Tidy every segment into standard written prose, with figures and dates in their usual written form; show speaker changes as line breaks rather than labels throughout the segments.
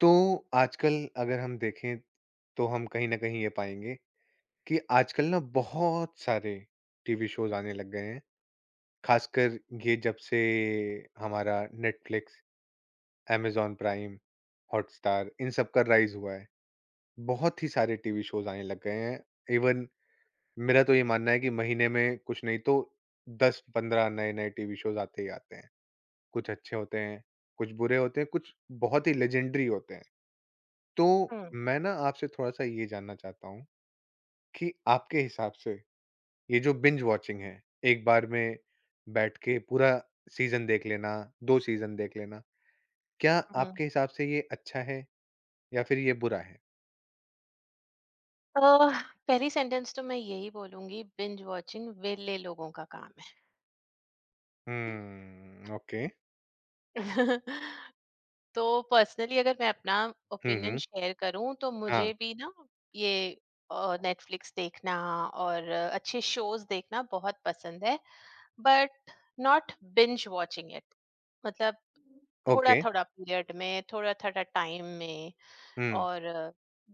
तो आजकल अगर हम देखें तो हम कहीं ना कहीं ये पाएंगे कि आजकल ना बहुत सारे टीवी शोज आने लग गए हैं। खासकर ये जब से हमारा नेटफ्लिक्स amazon प्राइम हॉटस्टार इन सब का राइज हुआ है, बहुत ही सारे टीवी शोज आने लग गए हैं। इवन मेरा तो ये मानना है कि महीने में कुछ नहीं तो दस पंद्रह नए नए टीवी शोज आते ही आते हैं। कुछ अच्छे होते हैं, कुछ बुरे होते हैं, कुछ बहुत ही लेजेंडरी होते हैं। तो
हुँ,
मैं ना आपसे थोड़ा-सा ये जानना चाहता हूँ कि आपके हिसाब से ये जो बिंज वॉचिंग है, एक बार में बैठ के पूरा सीज़न देख लेना, 2 सीज़न देख लेना, क्या
हुँ, हुँ।
आपके हिसाब से ये अच्छा है या फिर ये बुरा है?
अ, पहली सेंटेंस तो मैं यही बोलूँगी, बिंज वॉचिंग वेले लोगों का काम है।
हुँ, ओके।
तो पर्सनली अगर मैं अपना
हुँ,
ओपिनियन
हुँ।
शेयर करूँ तो
हाँ,
मुझे भी ना ये नेटफ्लिक्स देखना और अच्छे शोज़ देखना बहुत पसंद है, but not binge watching it. मतलब
ओके।
थोड़ा-थोड़ा पीरियड में, थोड़ा-थोड़ा टाइम में
हुँ,
और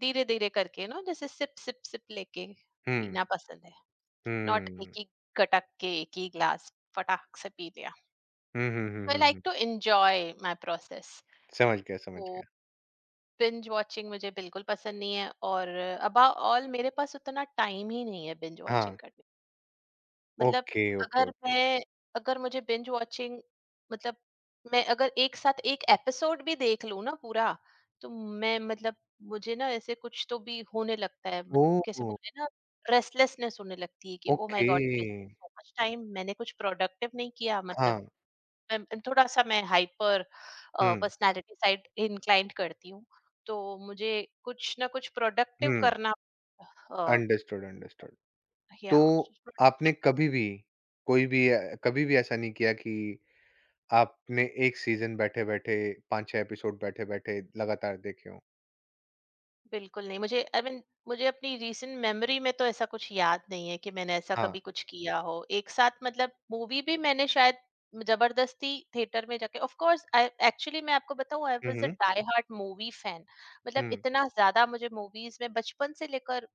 धीरे-धीरे करके ना जैसे सिप, सिप, सिप लेके
हुँ, हुँ।
पीना पसंद है। नॉट एक ही गटक के एक ही ग्लास फटाक से पी लिया।
Hmm, hmm, hmm,
I
hmm,
like
hmm.
To enjoy my process.
समझ गया, समझ
तो
गया।
बिंज वॉचिंग मुझे बिल्कुल पसंद नहीं है, और अबा ऑल मेरे पास उतना टाइम ही नहीं है बिंज वॉचिंग
हाँ,
करने। मतलब
ओके, ओके,
अगर
ओके।
मैं अगर मुझे बिंज वॉचिंग मतलब मैं अगर एक साथ एक एपिसोड भी देख लूँ ना पूरा, तो मैं, मतलब, मुझे ना ऐसे कुछ तो भी होने लगता है, मत कैसे
ओह!
बोले ना, रेस्टलेसनेस होने लगती है कि oh
okay.
My God! Wasted so much time, मैंने कुछ प्रोडक्टिव नहीं किया। मतलब
हाँ।
मैं थोड़ा-सा मैं हाइपर
हुँ,
पर्सनैलिटी साइड इंक्लाइंड करती हूँ, तो मुझे कुछ ना कुछ प्रोडक्टिव
हुँ।
करना अ,
अंडरस्टूड, अंडरस्टूड।
या
तो आपने
प्रोडक्टिव।
कभी भी कोई भी कभी भी ऐसा नहीं किया कि आपने एक सीजन बैठे-बैठे 5-6 एपिसोड बैठे-बैठे लगातार देखे हों?
बिल्कुल नहीं, मुझे आई I मीन mean, मुझे अपनी रीसेंट मेमोरी में तो ऐसा कुछ याद नहीं है कि मैंने ऐसा कभी
हाँ।
कुछ किया हो। एक साथ मतलब मूवी भी मैंने शायद ज़बरदस्ती थिएटर में जाके, ऑफ कोर्स, आई एक्चुअली मैं आपको बताऊँ, I
hmm,
was a
hmm.
Die hard movie fan. मतलब
हुँ,
इतना ज़्यादा मुझे मूवीज़ में बचपन से लेकर,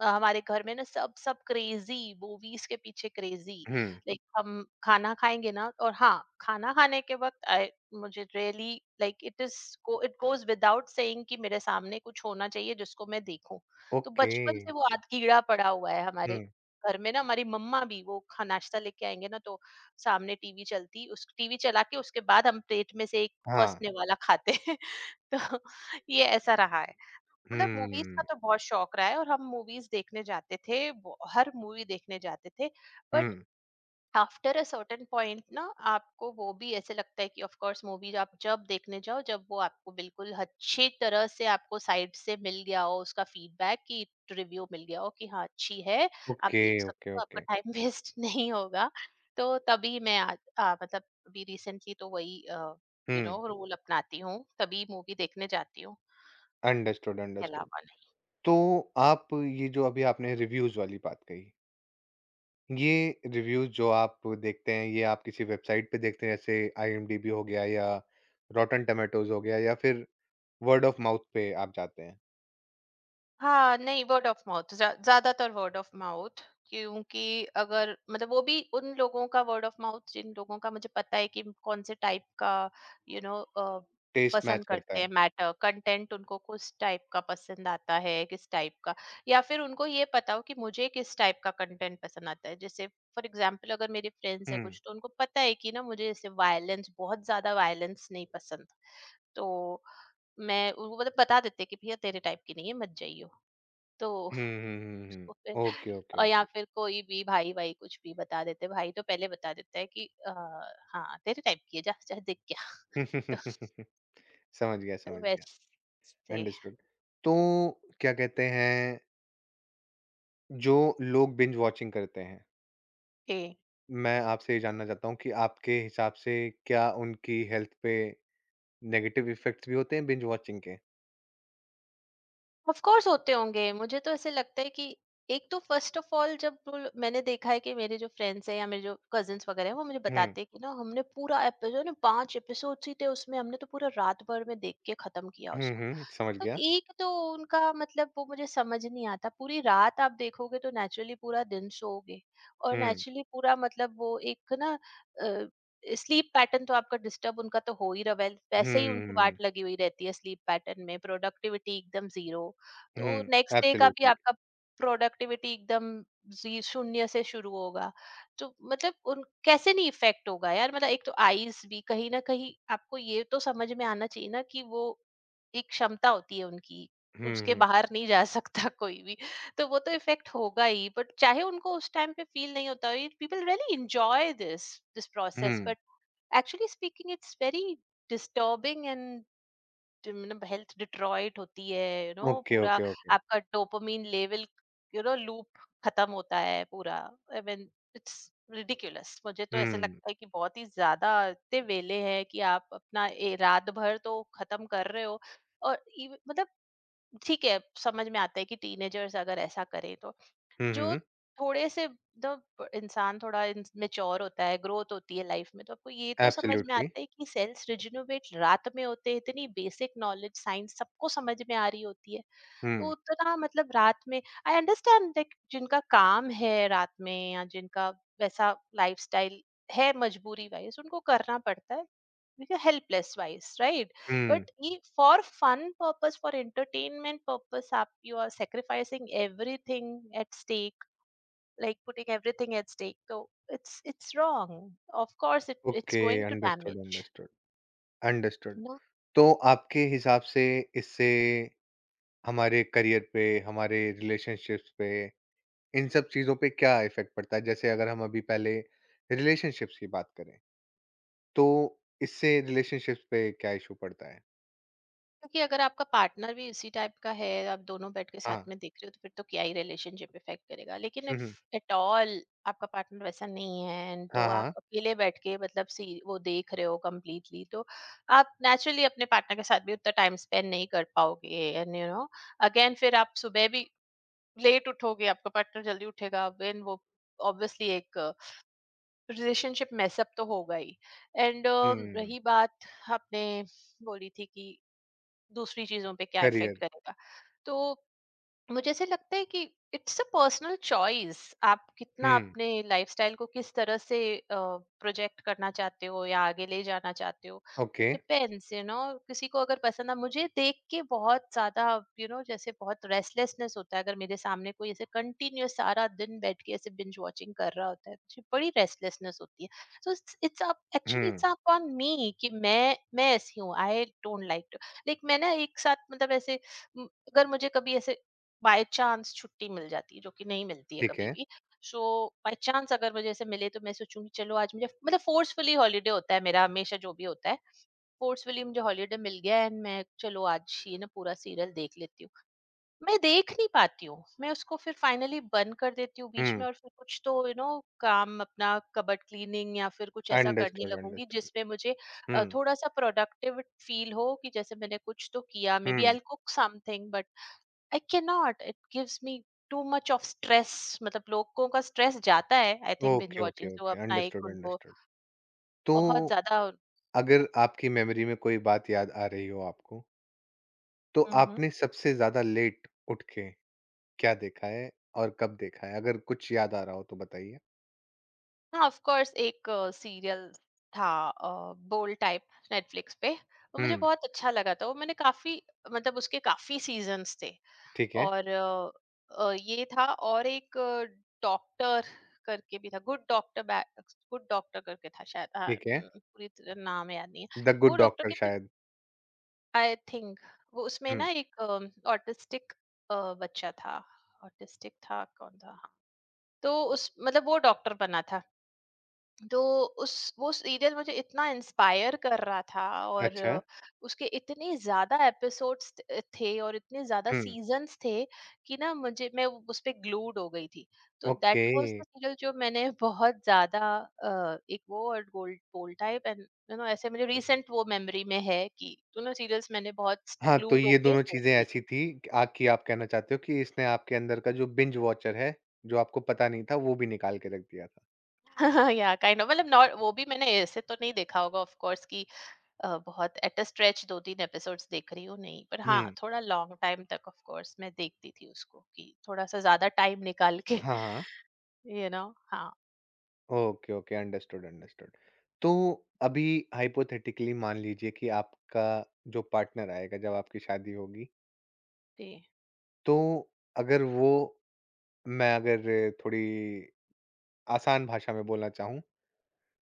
हमारे घर में ना सब सब क्रेजी, मूवीज के पीछे क्रेजी।
हुँ।
लाइक हम खाना खाएंगे ना, और हाँ, खाना खाने के वक्त आई मुझे really, like it is it goes without saying, कि मेरे सामने कुछ होना चाहिए जिसको मैं देखूं। तो
ओके।
बचपन से वो आद कीड़ा पड़ा हुआ है
हुँ,
हमारे घर में ना। हमारी मम्मा भी वो खा नाश्ता लेके आएंगे ना, तो सामने टीवी चलती, उस टीवी चला के उसके बाद हम प्लेट में से एक फर्स्ट
हाँ।
ने वाला खाते हैं। तो ये ऐसा रहा है। मतलब मूवीज का
हुँ,
तो बहुत शौक रहा है, और हम मूवीज देखने जाते थे, ब हर मूवी देखने जाते थे। But
hmm.
After a certain point ना, आपको वो भी ऐसे लगता है कि ऑफ कोर्स मूवीज आप जब देखने जाओ, जब वो आपको बिल्कुल अच्छी तरह से आपको साइड से मिल गया हो उसका फीडबैक, कि रिव्यू मिल गया हो कि हाँ, अच्छी है, आप
ओके,
देख सकते
ओके,
हो, आपका
ओके।
टाइम वेस्ट नहीं होगा। तो तभी मैं मतलब अभी रिसेंटली तो वही यू
हुँ,
नो रूल अपनाती हूँ, तभी मूवी देखने जाती हूँ।
अंडरस्टूड,
के
अंडरस्टूड।
अलावा।
तो आप ये जो अभी आपने रिव्यूज़ वाली बात कही, ये रिव्यूज़ जो आप देखते हैं, ये आप किसी वेबसाइट पे देखते हैं जैसे आईएमडीबी हो गया या रॉटन टोमेटोज़ हो गया या फिर वर्ड ऑफ माउथ पे आप जाते हैं,
हाँ, नहीं, वर्ड ऑफ माउथ, ज़्यादातर वर्ड ऑफ माउथ। क्योंकि अगर मतलब वो भी उन लोगों का वर्ड ऑफ माउथ जिन लोगों का मुझे पता है कि कौन से टाइप का यू you नो
टेस्ट
पसंद
मैच करता
करते
है।
हैं, मैटर कंटेंट, उनको किस टाइप का पसंद आता है, किस टाइप का। या फिर उनको ये पता हो कि मुझे किस टाइप का कंटेंट पसंद आता है, जैसे फॉर एग्जाम्पल अगर मेरे फ्रेंड्स
हुँ,
है
हुँ,
कुछ, तो उनको पता है कि ना मुझे जैसे वायलेंस, बहुत ज्यादा वायलेंस नहीं पसंद, तो मैं उनको मतलब बता देते कि भैया, तेरे टाइप की नहीं है, मत जाइयो। तो
हुँ, हुँ, हुँ।
तो फिर,
ओके, ओके,
और या
ओके।
फिर कोई भी भाई वाई कुछ भी बता देते भाई, तो पहले बता देता है कि हाँ, तेरे टाइप की है, जा जा, दिख गया। तो,
समझ गया,
तो
समझ गया।
वैसे,
अंडरस्टूड। तो क्या कहते हैं, जो लोग बिंज वॉचिंग करते हैं, मैं आपसे ये जानना चाहता हूँ कि आपके हिसाब से क्या उनकी हेल्थ पे नेगेटिव इफ़ेक्ट्स भी होते हैं बिंज वॉचिंग के?
ऑफ कोर्स होते होंगे। मुझे तो ऐसे लगता है कि एक तो, फर्स्ट ऑफ ऑल, जब वो मैंने देखा है कि मेरे जो फ्रेंड्स हैं या मेरे जो कजिन्स वगैरह हैं, वो मुझे
हुँ,
बताते हैं कि ना हमने पूरा एपिसोड ना पांच एपिसोड ही थे उसमें, हमने तो पूरा रात भर में देख के खत्म किया
हुँ,
उसको।
हुँ, समझ
तो
गया।
एक तो उनका, मतलब वो मुझे समझ नहीं आता, पूरी रात आप देखोगे तो नेचुरली पूरा दिन सोओगे, और
हुँ,
नेचुरली पूरा, मतलब वो एक ना स्लीप पैटर्न तो आपका डिस्टर्ब, उनका तो हो ही रहा, वैसे ही
हुँ,
उनकी वाट
हुँ,
लगी हुई रहती है स्लीप पैटर्न में, प्रोडक्टिविटी एकदम जीरो।
हुँ,
तो
हुँ,
नेक्स्ट डे का भी
एब्सोल्युटली।
आपका प्रोडक्टिविटी एकदम जी शून्य से शुरू होगा। तो मतलब उन कैसे नहीं इफेक्ट होगा यार, मतलब एक तो आईज भी, कहीं ना कहीं आपको ये तो समझ में आना चाहिए ना, कि वो एक क्षमता होती है उनकी,
हुँ,
उसके
हुँ,
बाहर नहीं जा सकता कोई भी। तो वो तो इफेक्ट होगा ही, बट चाहे उनको उस टाइम पे फील नहीं होता, people really enjoy this this process,
hmm,
but actually speaking it's very disturbing. मतलब हेल्थ डिट्रॉइट होती है, यू नो,
ओके,
पूरा
ओके, ओके।
आपका dopamine level, you know, loop खत्म होता है पूरा। I mean, it's ridiculous. मुझे तो ऐसे
हुँ,
लगता है कि बहुत ही ज्यादा, इतने वेले हैं कि आप अपना, रात भर तो खत्म कर रहे हो, और मतलब, ठीक है, समझ में आता है कि टीनेजर्स अगर ऐसा करें, तो
हुँ,
जो
हुँ,
थोड़े से, जब इंसान थोड़ा मेच्योर होता है, ग्रोथ होती है लाइफ में, तो आपको ये तो समझ में
एब्सोल्युटली।
आता है कि सेल्स रिजिनोवेट रात में होते हैं, इतनी बेसिक नॉलेज साइंस सबको समझ में आ रही होती है। तो
हुँ,
उतना, मतलब रात में, आई अंडरस्टैंड लाइक जिनका काम है रात में, या जिनका वैसा लाइफस्टाइल है, मजबूरी वाइज उनको करना पड़ता है, helpless wise, right.
Hmm.
But ये for fun purpose, for entertainment purpose आप, you are sacrificing everything at stake, like putting everything at stake, तो it's wrong, of course it's
okay,
going to
understood,
damage,
understood, understood.
you know।
तो आपके हिसाब से इससे हमारे career पे, हमारे रिलेशनशिप्स पे, इन सब चीज़ों पे क्या इफ़ेक्ट पड़ता है? जैसे अगर हम अभी पहले रिलेशनशिप्स की बात करें, तो इससे रिलेशनशिप्स पे क्या इश्यू पड़ता है?
क्योंकि अगर आपका पार्टनर भी उसी टाइप का है, आप दोनों बेड के साथ
हाँ।
में देख रहे हो, तो फिर तो क्या ही रिलेशनशिप इफेक्ट करेगा, लेकिन
hmm,
if
hmm.
At all आपका पार्टनर वैसा नहीं है and तो
हाँ,
आप
हाँ।
अकेले बैठ के मतलब सी वो देख रहे हो कम्प्लीटली, तो आप नेचुरली अपने पार्टनर के साथ भी उतना टाइम स्पेंड नहीं कर पाओगे, एंड यू नो, अगेन फिर आप सुबह भी लेट उठोगे, आपका पार्टनर जल्दी उठेगा, देन वो ऑब्वियसली एक रिलेशनशिप मेसअप तो होगा ही। एंड
हुँ,
रही बात, आपने बोली थी कि दूसरी चीजों पे क्या
करियर।
इफेक्ट करेगा, तो मुझे ऐसे लगता है कि इट्स अ पर्सनल चॉइस, आप कितना
हुँ,
अपने लाइफस्टाइल को किस तरह से प्रोजेक्ट करना चाहते हो या आगे ले जाना चाहते हो।
Okay.
It depends, you know, किसी को अगर पसंद आ, मुझे देख के बहुत ज्यादा, यू नो, जैसे बहुत रेस्टलेसनेस होता है, अगर मेरे सामने कोई ऐसे कंटिन्यूस सारा दिन बैठ के ऐसे बिंज वॉचिंग कर रहा होता है, मुझे बड़ी रेस्टलेसनेस होती है। So it's up actually
hmm,
it's up on me, कि मैं ऐसी हूँ, I don't like to, like मैं ना एक साथ मतलब ऐसे, म, अगर मुझे कभी ऐसे बाय चांस छुट्टी मिल जाती है, जो कि नहीं मिलती है
ठीक
कभी
है।
भी, सो बाय चांस अगर मुझे ऐसे मिले तो मैं सोचूंगी चलो, आज मुझे मतलब फोर्सफुली हॉलीडे होता है मेरा हमेशा, जो भी होता है, फोर्सफुली मुझे हॉलीडे मिल गया, एंड मैं, चलो आज ये ना पूरा सीरियल देख लेती हूँ, मैं देख नहीं पाती हूँ, मैं उसको फिर फाइनली बंद कर देती हूँ बीच में,
हुँ,
और फिर कुछ तो, यू नो, काम अपना, कबर्ड क्लीनिंग या फिर कुछ ऐसा करने
अंडरस्टूड,
लगूंगी,
अंडरस्टूड।
जिसमें मुझे
हुँ,
थोड़ा सा प्रोडक्टिव फील हो, कि जैसे मैंने कुछ तो किया, maybe
hmm.
I cook something. I can not, it gives me too much of stress. मतलब लोगों का स्ट्रेस जाता है, I think, binge
okay, okay,
watching से, वो
ओके।
अपना
अंडरस्टूड,
एक उनको
अंडरस्टूड। तो
बहुत ज्यादा।
अगर आपकी मेमोरी में कोई बात याद आ रही हो आपको, तो
हम्म।
आपने सबसे ज़्यादा लेट उठ के क्या देखा है और कब देखा है? अगर कुछ याद आ रहा हो तो बताइए?
हाँ, ऑफ कोर्स एक सीरियल था, बोल्ड टाइप, नेटफ्लिक्स पे, वो मुझे
हुँ,
बहुत अच्छा लगा था, वो मैंने काफी, मतलब उसके काफी सीजन्स थे,
ठीक है,
और ये था। और एक डॉक्टर करके भी था, गुड डॉक्टर, गुड डॉक्टर करके था शायद, हाँ,
ठीक है।
पूरी तरह नाम याद नहीं
द
है।
गुड
वो डॉक्टर
डॉक्टर
के भी,
शायद।
आई थिंक, वो उसमें
हुँ,
ना एक ऑटिस्टिक बच्चा था, ऑटिस्टिक था कौन था, हाँ। तो उस, मतलब वो डॉक्टर बना था, तो उस, वो सीरियल मुझे इतना इंस्पायर कर रहा था, और
अच्छा।
उसके इतने ज्यादा एपिसोड्स थे, और इतने ज्यादा
हुँ,
सीजन्स थे, कि ना मुझे मैं उस पे ग्लूड हो गई थी। तो
okay.
That was the serial जो मैंने बहुत ज्यादा, एक वो और gold, gold type, and you know ऐसे मुझे रिसेंट वो मेमोरी में है कि दोनों सीरियल्स मैंने बहुत
हाँ, तो
ग्लूड
ये
होके
दोनों चीज़ें
देखे थे।
ऐसी थी क आ कि आप कहना चाहते हो कि इसने आपके अंदर का जो बिंज वॉचर है, जो आपको पता नहीं था, वो भी निकाल के रख दिया था।
या काइंड ऑफ, मतलब नॉट, वो भी मैंने ऐसे तो नहीं देखा होगा ऑफ कोर्स कि बहुत एट अ स्ट्रेच दो तीन एपिसोड्स देख रही हूँ, नहीं, पर हाँ,
हुँ,
थोड़ा लॉन्ग टाइम तक ऑफ कोर्स मैं देखती थी उसको, कि थोड़ा सा ज्यादा टाइम निकाल के।
हाँ, हाँ।
यू नो, हाँ।
Okay, okay, understood, understood. तो अभी हाइपोथेटिकली मान लीजिए कि आपका जो पार्टनर आएगा जब आपकी शादी होगी,
जी
तो अगर वो मैं अगर थोड़ी आसान भाषा में बोलना चाहूँ,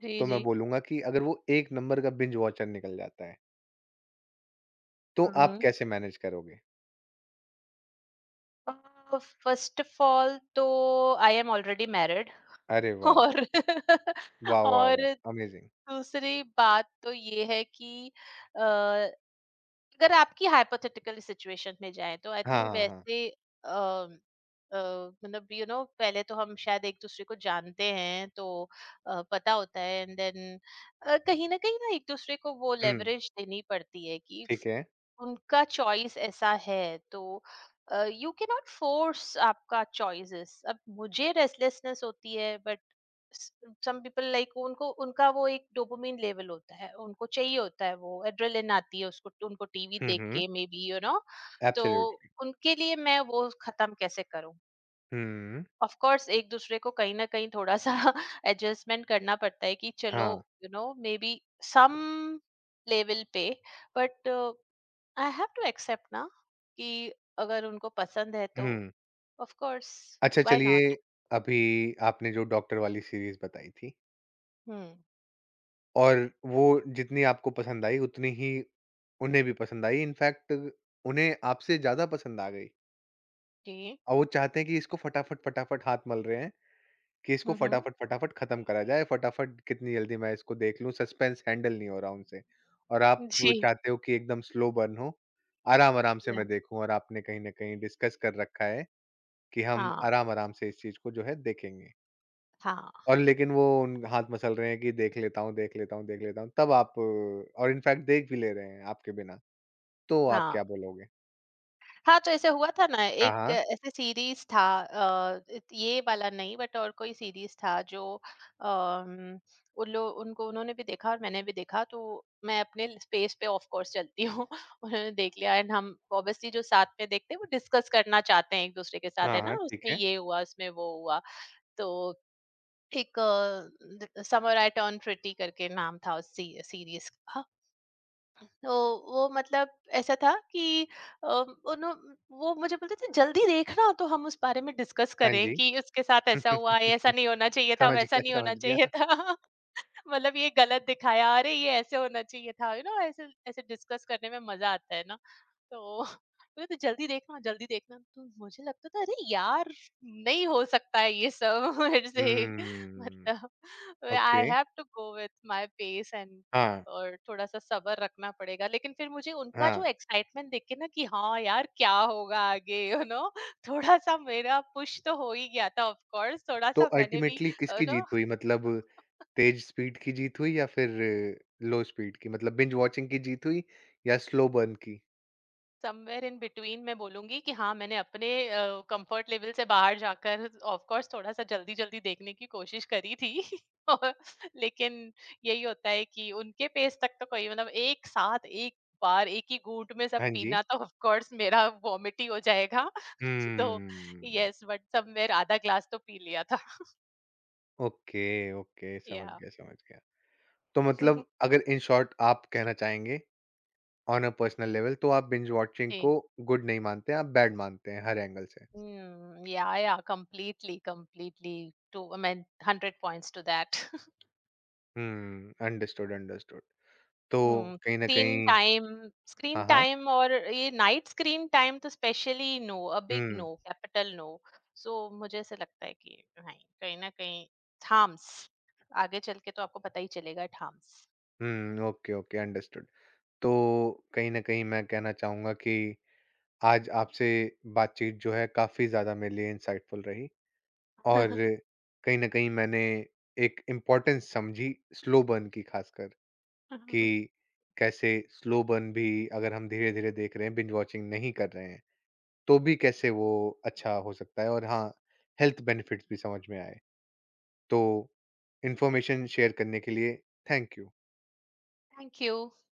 जी
तो
जी।
मैं बोलूँगा कि अगर वो 1 नंबर का बिंज वॉचर निकल जाता है, तो आप
हम्म।
कैसे मैनेज करोगे?
फर्स्ट ऑफ ऑल तो आई एम ऑलरेडी मैरिड।
अरे वाह!
और
वाह, वाह, वाह!
और
अमेज़िंग।
दूसरी बात तो ये है कि अगर आपकी हाइपोथेटिकल सिचुएशन में जाए तो आई
हाँ,
थिंक
हाँ, हाँ।
वैसे, अम, अ, मतलब, यू नो, पहले तो हम शायद एक दूसरे को जानते हैं, तो पता होता है, एंड देन कहीं ना एक दूसरे को वो
हुँ,
लेवरेज देनी पड़ती है, कि
ठीक है।
उनका चॉइस ऐसा है, तो यू कैन नॉट फोर्स आपका चॉइसेस, अब मुझे रेस्टलेसनेस होती है, बट सम पीपल लाइक, उनको, उनका वो एक डोपामिन लेवल होता है, उनको चाहिए होता है, वो एड्रेलिन आती है उसको, उनको टीवी
हुँ,
देख
हुँ।
के, मे बी, यू नो, तो
एब्सोल्यूटली।
उनके लिए मैं वो खत्म कैसे करूं।
हुँ,
ऑफ कोर्स एक दूसरे को कहीं ना कहीं थोड़ा सा एडजस्टमेंट करना पड़ता है, कि चलो,
हाँ,
you know, maybe some level पे, but I have to accept ना कि अगर उनको पसंद है तो,
हुँ।
ऑफ कोर्स,
अच्छा
व्हाई
चलिए,
नॉट।
अभी आपने जो डॉक्टर वाली सीरीज़ बताई थी
हम्म।
और वो जितनी आपको पसंद आई उतनी ही उन्हें भी पसंद आई, इनफैक्ट उन्हें आपसे ज़्यादा पसंद आ गई।
जी।
और वो चाहते हैं कि इसको फटाफट-फटाफट हाथ मल रहे हैं कि इसको
हम्म।
फटाफट-फटाफट खत्म करा जाए, फटाफट कितनी जल्दी मैं इसको देख लूँ, सस्पेंस हैंडल नहीं हो रहा उनसे। और आप
जी।
चाहते हो कि एकदम स्लो बर्न हो, आराम-आराम से
या,
मैं देखूँ और आपने कहीं न कहीं डिस्कस कर रखा है कि हम
हाँ
आराम-आराम से इस चीज़ को जो है देखेंगे।
हाँ
और लेकिन वो उन हाथ मसल रहे हैं कि देख लेता हूँ, देख लेता हूँ, देख लेता हूँ, तब आप और इनफैक्ट देख भी ले रहे हैं आपके बिना, तो आप
हाँ।
क्या बोलोगे?
हाँ, तो ऐसे हुआ था ना,
हाँ,
एक
हाँ।
ऐसे सीरीज़ था, अ, इत ये वाला नहीं, बट और कोई सीरीज़ था जो, अम, उन लो उनको उन्होंने भी देखा और मैंने भी देखा, तो मैं अपने ल स्पेस पे ऑफ कोर्स चलती हूँ। उन्होंने देख लिया, एंड हम ऑब्वियसली जो साथ में देखते हैं, वो डिस्कस करना चाहते हैं एक-दूसरे के साथ, है
हाँ,
ना?
हाँ, ठीक
उसमें
है।
ये हुआ, उसमें वो हुआ। तो एक, the summer I turn pretty करके नाम था उस सी सीरीज़ का। तो वो मतलब ऐसा था कि अ, उन्हों वो मुझे बोलते थे जल्दी देखना, तो हम उस बारे में डिस्कस
हाँ
करें,
जी।
कि उसके साथ ऐसा हुआ है, ऐसा नहीं होना
समझ
चाहिए था, वैसा
गया,
नहीं होना
समझ
चाहिए
गया।
था। मतलब ये गलत दिखाया, अरे ये ऐसे होना चाहिए था, यू नो, ऐसे ऐसे डिस्कस करने में मजा आता है ना। तो बोले, तू जल्दी देखना, जल्दी देखना, तो मुझे लगता था अरे यार नहीं हो सकता है ये सब मेरे से।
हुँ,
मतलब I
okay.
Have to go with my pace, and
हाँ,
और थोड़ा सा सब्र रखना पड़ेगा, लेकिन फिर मुझे उनका
हाँ।
जो एक्साइटमेंट देख के ना, कि हाँ यार क्या होगा आगे, यू नो, थोड़ा सा मेरा पुश तो हो ही गया था, ऑफ कोर्स थोड़ा
तो
सा मैंने भी।
अल्टीमेटली किसकी जीत हुई? मतलब तेज़ स्पीड की जीत हुई या फिर लो स्पीड की? मतलब बिंज वॉचिंग की जीत हुई या स्लो बर्न की?
समवेयर इन बिटवीन, मैं बोलूंगी कि हाँ मैंने अपने कंफर्ट लेवल से बाहर जाकर ऑफ कोर्स थोड़ा सा जल्दी जल्दी देखने की कोशिश करी थी। और लेकिन यही होता है कि उनके पेस तक तो कोई, मतलब एक साथ एक बार एक ही घूंट में सब
हाँ जी।
पीना तो ऑफ कोर्स मेरा वॉमिट ही हो जाएगा। तो
हुँ,
यस, बट समवेयर आधा ग्लास तो पी लिया था।
Okay, okay. समझ
या
गया, समझ गया। तो मतलब अगर इन शॉर्ट आप कहना चाहेंगे, ऑन अ पर्सनल लेवल तो आप बिंज वॉचिंग
जी।
को गुड नहीं मानते, आप बैड मानते हैं हर एंगल से।
हम्म। या completely completely, to, I mean 100 points to that.
Hmm, understood, understood. तो
हुँ,
कहीं न
स्क्रीन
कहीं
टाइम, स्क्रीन
हाँ, हाँ।
टाइम, और ये नाइट स्क्रीन टाइम तो specially no, a big
hmm,
no, capital no. So मुझे ऐसा लगता है कि नहीं, कहीं न कहीं, थाम्स, आगे चल के तो आपको पता ही चलेगा, it harms.
Hmm, okay, okay understood. तो कहीं न कहीं मैं कहना चाहूँगा कि आज आपसे बातचीत जो है काफ़ी ज़्यादा मेरे लिए इंसाइटफुल रही और कहीं न कहीं मैंने एक इम्पोर्टेंस समझी स्लो बर्न की, ख़ासकर कि
थैंक
कैसे स्लो बर्न भी, अगर हम धीरे-धीरे देख रहे हैं, बिंज वॉचिंग नहीं कर रहे हैं, तो भी कैसे वो अच्छा हो सकता है और हाँ, हेल्थ बेनिफिट्स भी समझ में आए। तो इन्फॉर्मेशन शेयर करने के लिए थैंक यू।
यू।